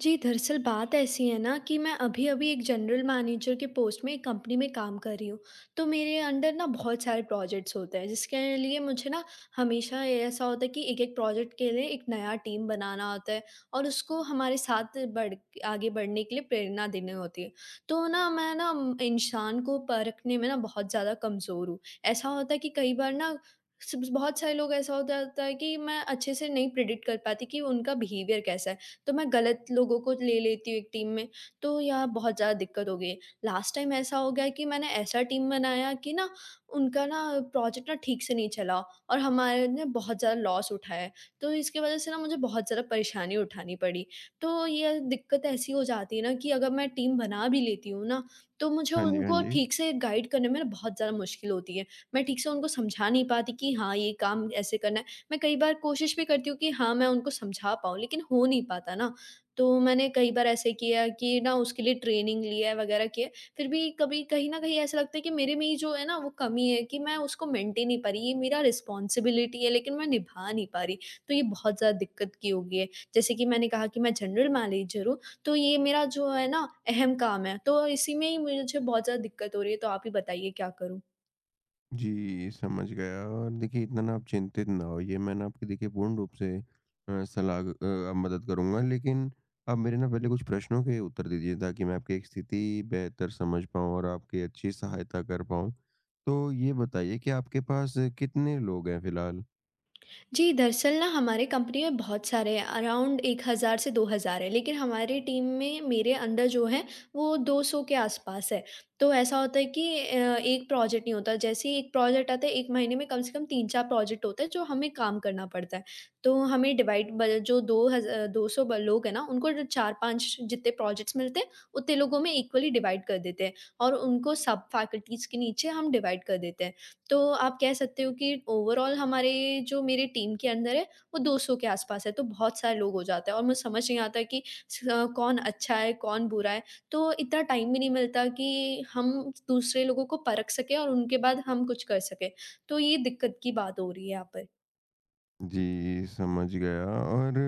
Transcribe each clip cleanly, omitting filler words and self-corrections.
जी, दरअसल बात ऐसी है ना कि मैं अभी-अभी एक जनरल मैनेजर के पोस्ट में एक कंपनी में काम कर रही हूँ। तो मेरे अंडर ना बहुत सारे प्रोजेक्ट्स होते हैं जिसके लिए मुझे ना हमेशा ये ऐसा होता है कि एक-एक प्रोजेक्ट के लिए एक नया टीम बनाना होता है और उसको हमारे साथ बढ़ आगे बढ़ने के लिए प्रेरणा देनी होती है। तो ना मैं ना इंसान को परखने में ना बहुत ज़्यादा कमज़ोर हूँ। ऐसा होता है कि कई बार ना स बहुत सारे लोग ऐसा हो जाता है कि मैं अच्छे से नहीं प्रेडिक्ट कर पाती कि उनका बिहेवियर कैसा है। तो मैं गलत लोगों को ले लेती हूँ एक टीम में, तो यहाँ बहुत ज़्यादा दिक्कत हो गई है। लास्ट टाइम ऐसा हो गया कि मैंने ऐसा टीम बनाया कि ना उनका ना प्रोजेक्ट ना ठीक से नहीं चला, और हमारे ने बहुत ज़्यादा लॉस उठाया। तो इसकी वज़ह से ना मुझे बहुत ज़्यादा परेशानी उठानी पड़ी। तो ये दिक्कत ऐसी हो जाती है ना कि अगर मैं टीम बना भी लेती हूँ ना, तो मुझे हाँ जी, हाँ उनको जी। ठीक से गाइड करने में ना बहुत ज़्यादा मुश्किल होती है। मैं ठीक से उनको समझा नहीं पाती कि हाँ, ये काम ऐसे करना है। मैं कई बार कोशिश भी करती हूँ कि हाँ, मैं उनको समझा पाऊँ, लेकिन हो नहीं पाता ना। तो मैंने कई बार ऐसे किया कि ना उसके लिए ट्रेनिंग लिया है, वगैरह किया है। फिर भी कभी कहीं न कहीं ऐसा लगता है कि मेरे में ही जो है ना वो कमी है कि मैं उसको मेंटेन नहीं पा रही। ये मेरा रिस्पॉन्सिबिलिटी है, लेकिन मैं निभा नहीं पा रही। तो ये बहुत ज़्यादा दिक्कत की हो गई है। जैसे कि मैंने कहा कि मैं जनरल मैनेजर हूँ, तो ये मेरा जो है ना अहम काम है। तो इसी में ही मुझे बहुत ज़्यादा दिक्कत हो रही है, तो आप ही बताइए क्या करूँ? जी, समझ गया। और देखिए, इतना ना आप चिंतित ना होइए। मैं ना आपकी देखिए पूर्ण रूप से सलाह, अब मदद करूँगा। लेकिन आप मेरे ना पहले कुछ प्रश्नों के उत्तर दीजिए ताकि मैं आपकी एक स्थिति बेहतर समझ पाऊँ और आपकी अच्छी सहायता कर पाऊँ। तो ये बताइए कि आपके पास कितने लोग हैं फ़िलहाल? जी, दरअसल ना हमारे कंपनी में बहुत सारे हैं, अराउंड 1,000 से 2,000 हैं, लेकिन हमारी टीम में मेरे अंदर जो है वो 200 के आसपास है। तो ऐसा होता है कि एक प्रोजेक्ट नहीं होता, जैसे ही एक प्रोजेक्ट आता है, 1 महीने में कम से कम 3-4 प्रोजेक्ट होते हैं जो हमें काम करना पड़ता है। तो हमें डिवाइड ब जो 2,000 200 ब लोग हैं ना, उनको जो 4-5 जितने प्रोजेक्ट्स मिलते हैं, उतने लोगों में इक्वली डिवाइड कर देते हैं, और उनको सब फैकल्टीज़ के नीचे हम डिवाइड कर देते हैं। तो आप कह सकते हो कि ओवरऑल हमारे जो मेरी टीम के अंदर है, वो 200 के आस-पास है, तो बहुत सारे लोग हो जाते हैं और मुझे समझ नहीं आता कि कौन अच्छा है, कौन बुरा है। तो इतना टाइम भी नहीं मिलता कि हम दूसरे लोगों को परख सकें और उनके बाद हम कुछ कर सकें। तो ये दिक्कत की बात हो रही है यहाँ पर। जी, समझ गया। और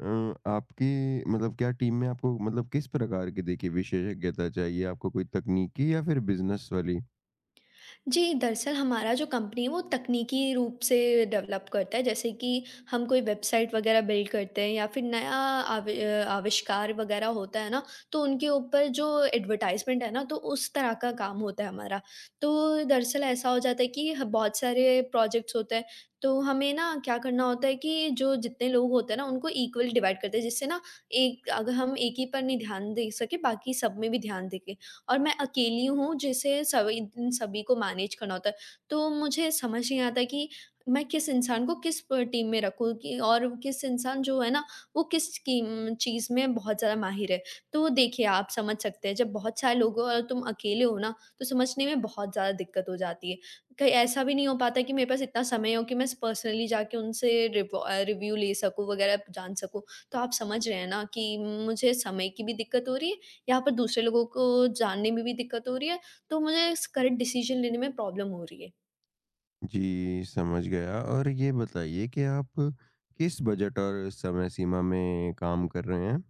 अ, आपकी, मतलब क्या टीम में आपको मतलब किस प्रकार की देखिए विशेषज्ञता चाहिए? आपको कोई तकनीकी या फिर बिज़नेस वाली? जी, दरअसल हमारा जो कंपनी है वो तकनीकी रूप से डेवलप करता है, जैसे कि हम कोई वेबसाइट वगैरह बिल्ड करते हैं या फिर नया आविष्कार वगैरह होता है ना, तो उनके ऊपर जो एडवर्टाइज़मेंट है ना तो उस तरह का काम होता है हमारा। तो दरअसल ऐसा हो जाता है कि ह बहुत सारे प्रोजेक्ट्स होते हैं, तो हमें ना क्या करना होता है कि जो जितने लोग होते हैं ना उनको इक्वल डिवाइड करते हैं, जिससे ना एक अगर हम एक ही पर नहीं ध्यान दे सके बाकी सब में भी ध्यान दें के। और मैं अकेली हूँ जिसे सभी इन सभी को मैनेज करना होता है। तो मुझे समझ नहीं आता कि मैं किस इंसान को किस प टीम में रखूँ कि और किस इंसान जो है ना, वो किस कीम चीज़ में बहुत ज़्यादा माहिर है। तो देखिए, आप समझ सकते हैं जब बहुत सारे लोग हो और तुम अकेले हो ना, तो समझने में बहुत ज़्यादा दिक्कत हो जाती है। कहीं ऐसा भी नहीं हो पाता कि मेरे पास इतना समय हो कि मैं पर्सनली जाके उनसे रिव्यू ले सकूँ वगैरह जान सकूँ। तो आप समझ रहे हैं ना कि मुझे समय की भी दिक्कत हो रही है, यहाँ पर दूसरे लोगों को जानने में भी दिक्कत हो रही है, तो मुझे इस करेक्ट डिसीजन लेने में प्रॉब्लम हो रही है। जी, समझ गया। और ये बताइए कि आप किस बजट और समय सीमा में काम कर रहे हैं?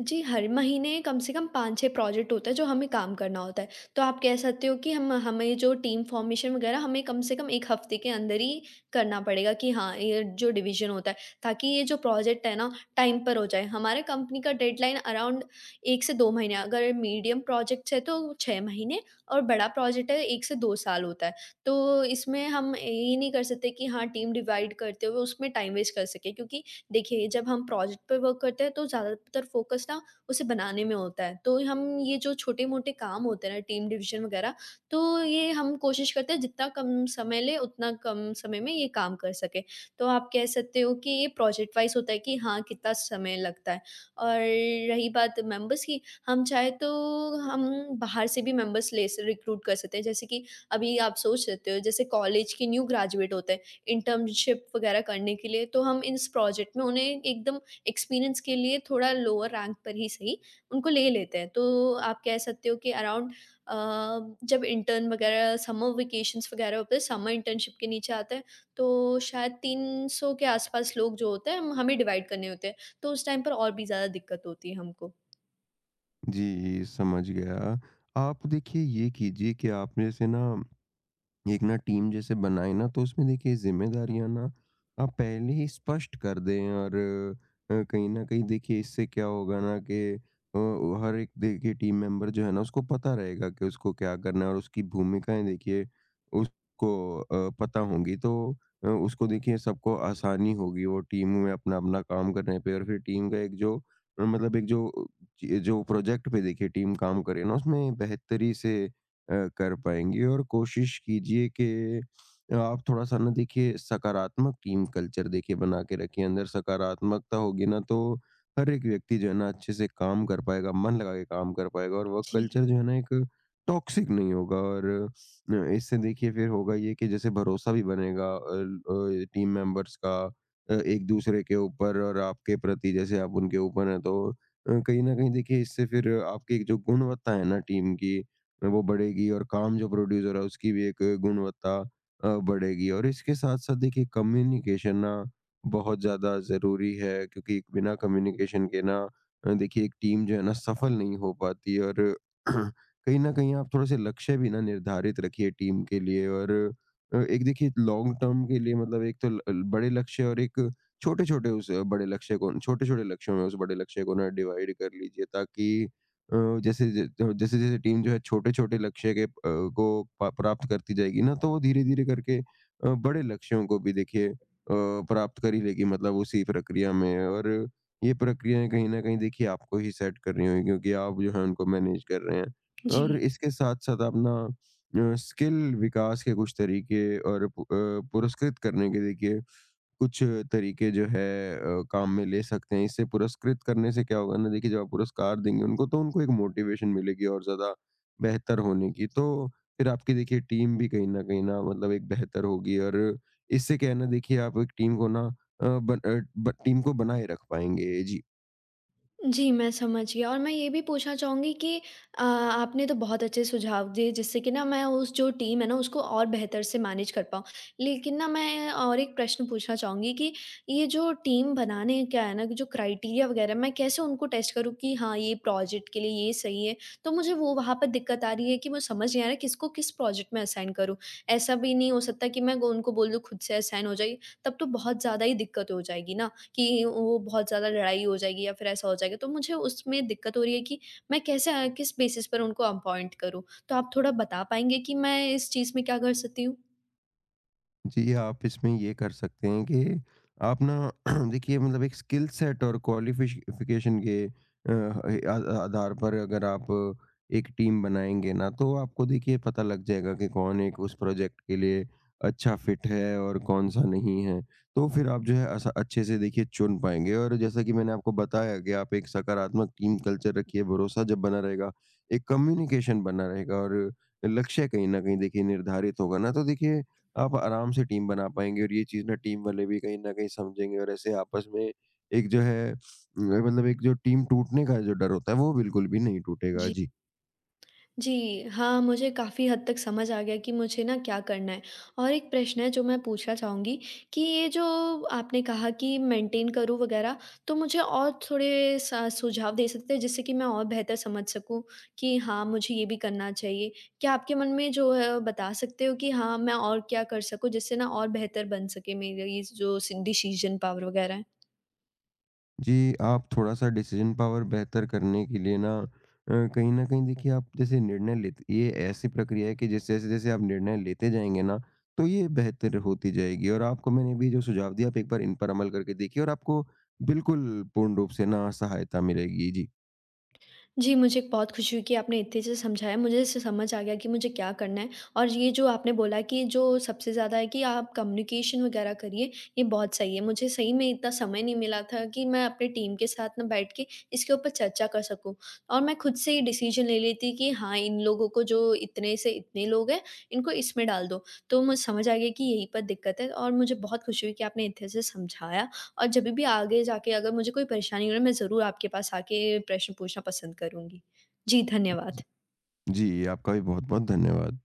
जी, हर महीने कम से कम 5-6 प्रोजेक्ट होता है जो हमें काम करना होता है। तो आप कह सकते हो कि हम हमें जो टीम फॉर्मेशन वगैरह हमें कम से कम 1 हफ़्ते के अंदर ही करना पड़ेगा कि हाँ, ये जो डिवीज़न होता है, ताकि ये जो प्रोजेक्ट है ना टाइम पर हो जाए। हमारे कंपनी का डेडलाइन अराउंड 1 से 2 महीने, अगर मीडियम प्रोजेक्ट्स है तो 6 महीने, और बड़ा प्रोजेक्ट है 1 से 2 साल होता है। तो इसमें हम ये नहीं कर सकते कि हाँ, टीम डिवाइड करते हुए उसमें टाइम वेस्ट कर सकें, क्योंकि देखिए, जब हम प्रोजेक्ट पे वर्क करते हैं तो ज़्यादातर फ़ोकस ना उसे बनाने में होता है। तो हम ये जो छोटे-मोटे काम होते हैं ना टीम डिवीज़न वग़ैरह, तो ये हम कोशिश करते हैं जितना कम समय ले उतना कम समय में ये काम कर सकें। तो आप कह सकते हो कि ये प्रोजेक्ट वाइज़ होता है कि हाँ, कितना समय लगता है। और रही बात मेंबर्स की, हम चाहे तो हम बाहर से भी मेंबर्स ले स रिक्रूट कर सकते हैं। जैसे कि अभी आप सोच सकते हो जैसे कॉलेज के न्यू ग्रेजुएट होते हैं, इंटर्नशिप वगैरह करने के लिए, तो हम इस प्रोजेक्ट में उन्हें एकदम एक्सपीरियंस के लिए थोड़ा लोअर रैंक पर ही सही, उनको ले लेते हैं। तो आप कह सकते हो कि अराउंड अ, जब इंटर्न वगैरह समर वेकेशंस वगैरह होते हैं, समर इंटर्नशिप के नीचे आते हैं, तो शायद 300 के आसपास लोग जो होते हैं, हमें डिवाइड करने होते हैं। तो उस टाइम पर और भी ज़्यादा दिक्कत होती है हमको। जी, समझ गया। आप देखिए, ये कीजिए कि आप जैसे ना एक ना टीम जैसे बनाए ना, तो उसमें देखिए ज़िम्मेदारियाँ ना आप पहले ही स्पष्ट कर दें। और कहीं न कहीं देखिए, इससे क्या होगा ना कि हर एक देखिए टीम मेंबर जो है ना उसको पता रहेगा कि उसको क्या करना है, और उसकी भूमिकाएँ देखिए उसको पता होंगी। तो उसको देखिए सबको आसानी होगी वो टीम में अपना-अपना काम करने पे। और फिर टीम का एक जो मतलब एक जो जो प्रोजेक्ट पे देखिए टीम काम करे ना उसमें बेहतरी से कर पाएँगे। और कोशिश कीजिए कि आप थोड़ा-सा ना देखिए सकारात्मक टीम कल्चर देखिए बना के रखिए। अंदर सकारात्मकता होगी ना, तो हर एक व्यक्ति जो है ना अच्छे से काम कर पाएगा, मन लगा के काम कर पाएगा, और वर्क जी, कल्चर जो है ना एक टॉक्सिक नहीं होगा। और इससे देखिए फिर होगा ये कि जैसे भरोसा भी बनेगा टीम मेंबर्स का एक-दूसरे के ऊपर, और आपके प्रति जैसे आप उनके ऊपर हैं, तो कहीं न कहीं देखिए इससे फिर आपकी एक जो गुणवत्ता है ना टीम की, वो बढ़ेगी। और काम जो प्रोड्यूसर है उसकी भी एक गुणवत्ता बढ़ेगी। और इसके साथ साथ देखिए, कम्युनिकेशन ना बहुत ज़्यादा ज़रूरी है, क्योंकि बिना कम्युनिकेशन के ना देखिए, एक टीम जो है ना सफल नहीं हो पाती। और कहीं ना कहीं आप थोड़े से लक्ष्य भी ना निर्धारित रखिए टीम के लिए। और एक देखिए लॉन्ग टर्म के लिए, मतलब एक तो बड़े लक्ष्य, और एक छोटे छोटे उस बड़े लक्ष्य को, छोटे छोटे लक्ष्यों में उस बड़े लक्ष्य को ना डिवाइड कर लीजिए, ताकि अ, जैसे जैसे-जैसे टीम जो है छोटे-छोटे लक्ष्य के को प प्राप्त करती जाएगी ना, तो वो धीरे-धीरे करके बड़े लक्ष्यों को भी देखिए प्राप्त कर ही लेगी, मतलब उसी प्रक्रिया में। और ये प्रक्रियाएँ कहीं न कहीं देखिए आपको ही सेट करनी होगी, क्योंकि आप जो है उनको मैनेज कर रहे हैं। जी। और इसके साथ-साथ अपना स्किल विकास के कुछ तरीके, और पुरस्कृत करने के देखिए कुछ तरीके जो है काम में ले सकते हैं। इससे पुरस्कृत करने से क्या होगा ना, देखिए जब आप पुरस्कार देंगे उनको, तो उनको एक मोटिवेशन मिलेगी और ज़्यादा बेहतर होने की। तो फिर आपकी देखिए टीम भी कहीं न कहीं ना, मतलब एक बेहतर होगी। और इससे क्या है ना, देखिए आप एक टीम को ना अ, बन अ, ब टीम को बनाए रख पाएँगे। जी। जी, मैं समझ गया, और मैं ये भी पूछना चाहूँगी कि आपने तो बहुत अच्छे सुझाव दिए, जिससे कि ना मैं उस जो टीम है ना उसको और बेहतर से मैनेज कर पाऊँ। लेकिन ना मैं और एक प्रश्न पूछना चाहूँगी कि ये जो टीम बनाने का है ना कि जो क्राइटेरिया वग़ैरह, मैं कैसे उनको टेस्ट करूँ कि हाँ, ये प्रोजेक्ट के लिए ये सही है। तो मुझे वो वहाँ पर दिक्कत आ रही है कि मुझे समझ नहीं आ रहा है किसको किस प्रोजेक्ट में असाइन करूँ। ऐसा भी नहीं हो सकता कि मैं उनको बोल दूँ खुद से असाइन हो जाइए, तब तो बहुत ज़्यादा ही दिक्कत हो जाएगी ना। कि वो बहुत ज़्यादा लड़ाई हो जाएगी या फिर ऐसा हो जाएगा, तो मुझे उसमें दिक्कत हो रही है कि मैं कैसे किस बेसिस पर उनको अपॉइंट करूँ? तो आप थोड़ा बता पाएँगे कि मैं इस चीज़ में क्या कर सकती हूँ? जी, आप इसमें ये कर सकते हैं कि आप ना देखिए, मतलब एक स्किल सेट और क्वालिफ़िकेशन के अ, आ आधार पर अगर आप एक टीम बनाएँगे ना, तो आपको देखिए पता लग जाएगा कि कौन एक उस प्रोजेक्ट के लिए अच्छा फ़िट है और कौन-सा नहीं है। तो फिर आप जो है अस अच्छे से देखिए चुन पाएँगे। और जैसा कि मैंने आपको बताया कि आप एक सकारात्मक टीम कल्चर रखिए, भरोसा जब बना रहेगा, एक कम्युनिकेशन बना रहेगा, और लक्ष्य कहीं न कहीं देखिए निर्धारित होगा ना, तो देखिए आप आराम से टीम बना पाएँगे। और ये चीज़ ना टीम वाले भी कहीं न कहीं समझेंगे, और ऐसे आपस में एक जो है मतलब एक जो टीम टूटने का जो डर होता है, वो बिल्कुल भी नहीं टूटेगा। जी। जी, हाँ, मुझे काफ़ी हद तक समझ आ गया कि मुझे ना क्या करना है। और एक प्रश्न है जो मैं पूछना चाहूँगी कि ये जो आपने कहा कि मेंटेन करूँ वग़ैरह, तो मुझे और थोड़े स सुझाव दे सकते हैं जिससे कि मैं और बेहतर समझ सकूँ कि हाँ, मुझे ये भी करना चाहिए? क्या आपके मन में जो है वो बता सकते हो कि हाँ, मैं और क्या कर सकूँ जिससे ना और बेहतर बन सके मेरी इस जो स डिसीज़न पावर वग़ैरह है? जी, आप थोड़ा-सा डिसीज़न पावर बेहतर करने के लिए ना कहीं न कहीं देखिए आप जैसे निर्णय लेते, ये ऐसी प्रक्रिया है कि जैसे-जैसे जैसे जैसे आप निर्णय लेते जाएँगे ना, तो ये बेहतर होती जाएगी। और आपको मैंने अभी जो सुझाव दिया, आप एक बार इन पर अमल करके देखिए, और आपको बिल्कुल पूर्ण रूप से ना सहायता मिलेगी। जी। जी, मुझे बहुत खुशी हुई कि आपने इतने अच्छे से समझाया। मुझे इससे समझ आ गया कि मुझे क्या करना है, और ये जो आपने बोला कि जो सबसे ज़्यादा है कि आप कम्युनिकेशन वग़ैरह करिए, ये बहुत सही है। मुझे सही में इतना समय नहीं मिला था कि मैं अपनी टीम के साथ ना बैठ के इसके ऊपर चर्चा कर सकूँ, और मैं खुद से ही डिसीज़न ले लेती कि हाँ, इन लोगों को जो इतने से इतने लोग हैं, इनको इसमें डाल दो। तो मुझे समझ आ गया कि यहीं पर दिक्कत है, और मुझे बहुत खुशी हुई कि आपने इतने से समझाया। और जभी भी आगे जाके अगर मुझे कोई परेशानी हो ना, मैं ज़रूर आपके पास आके प्रश्न पूछना पसंद करूँगी। जी, धन्यवाद। जी, आपका भी बहुत-बहुत धन्यवाद।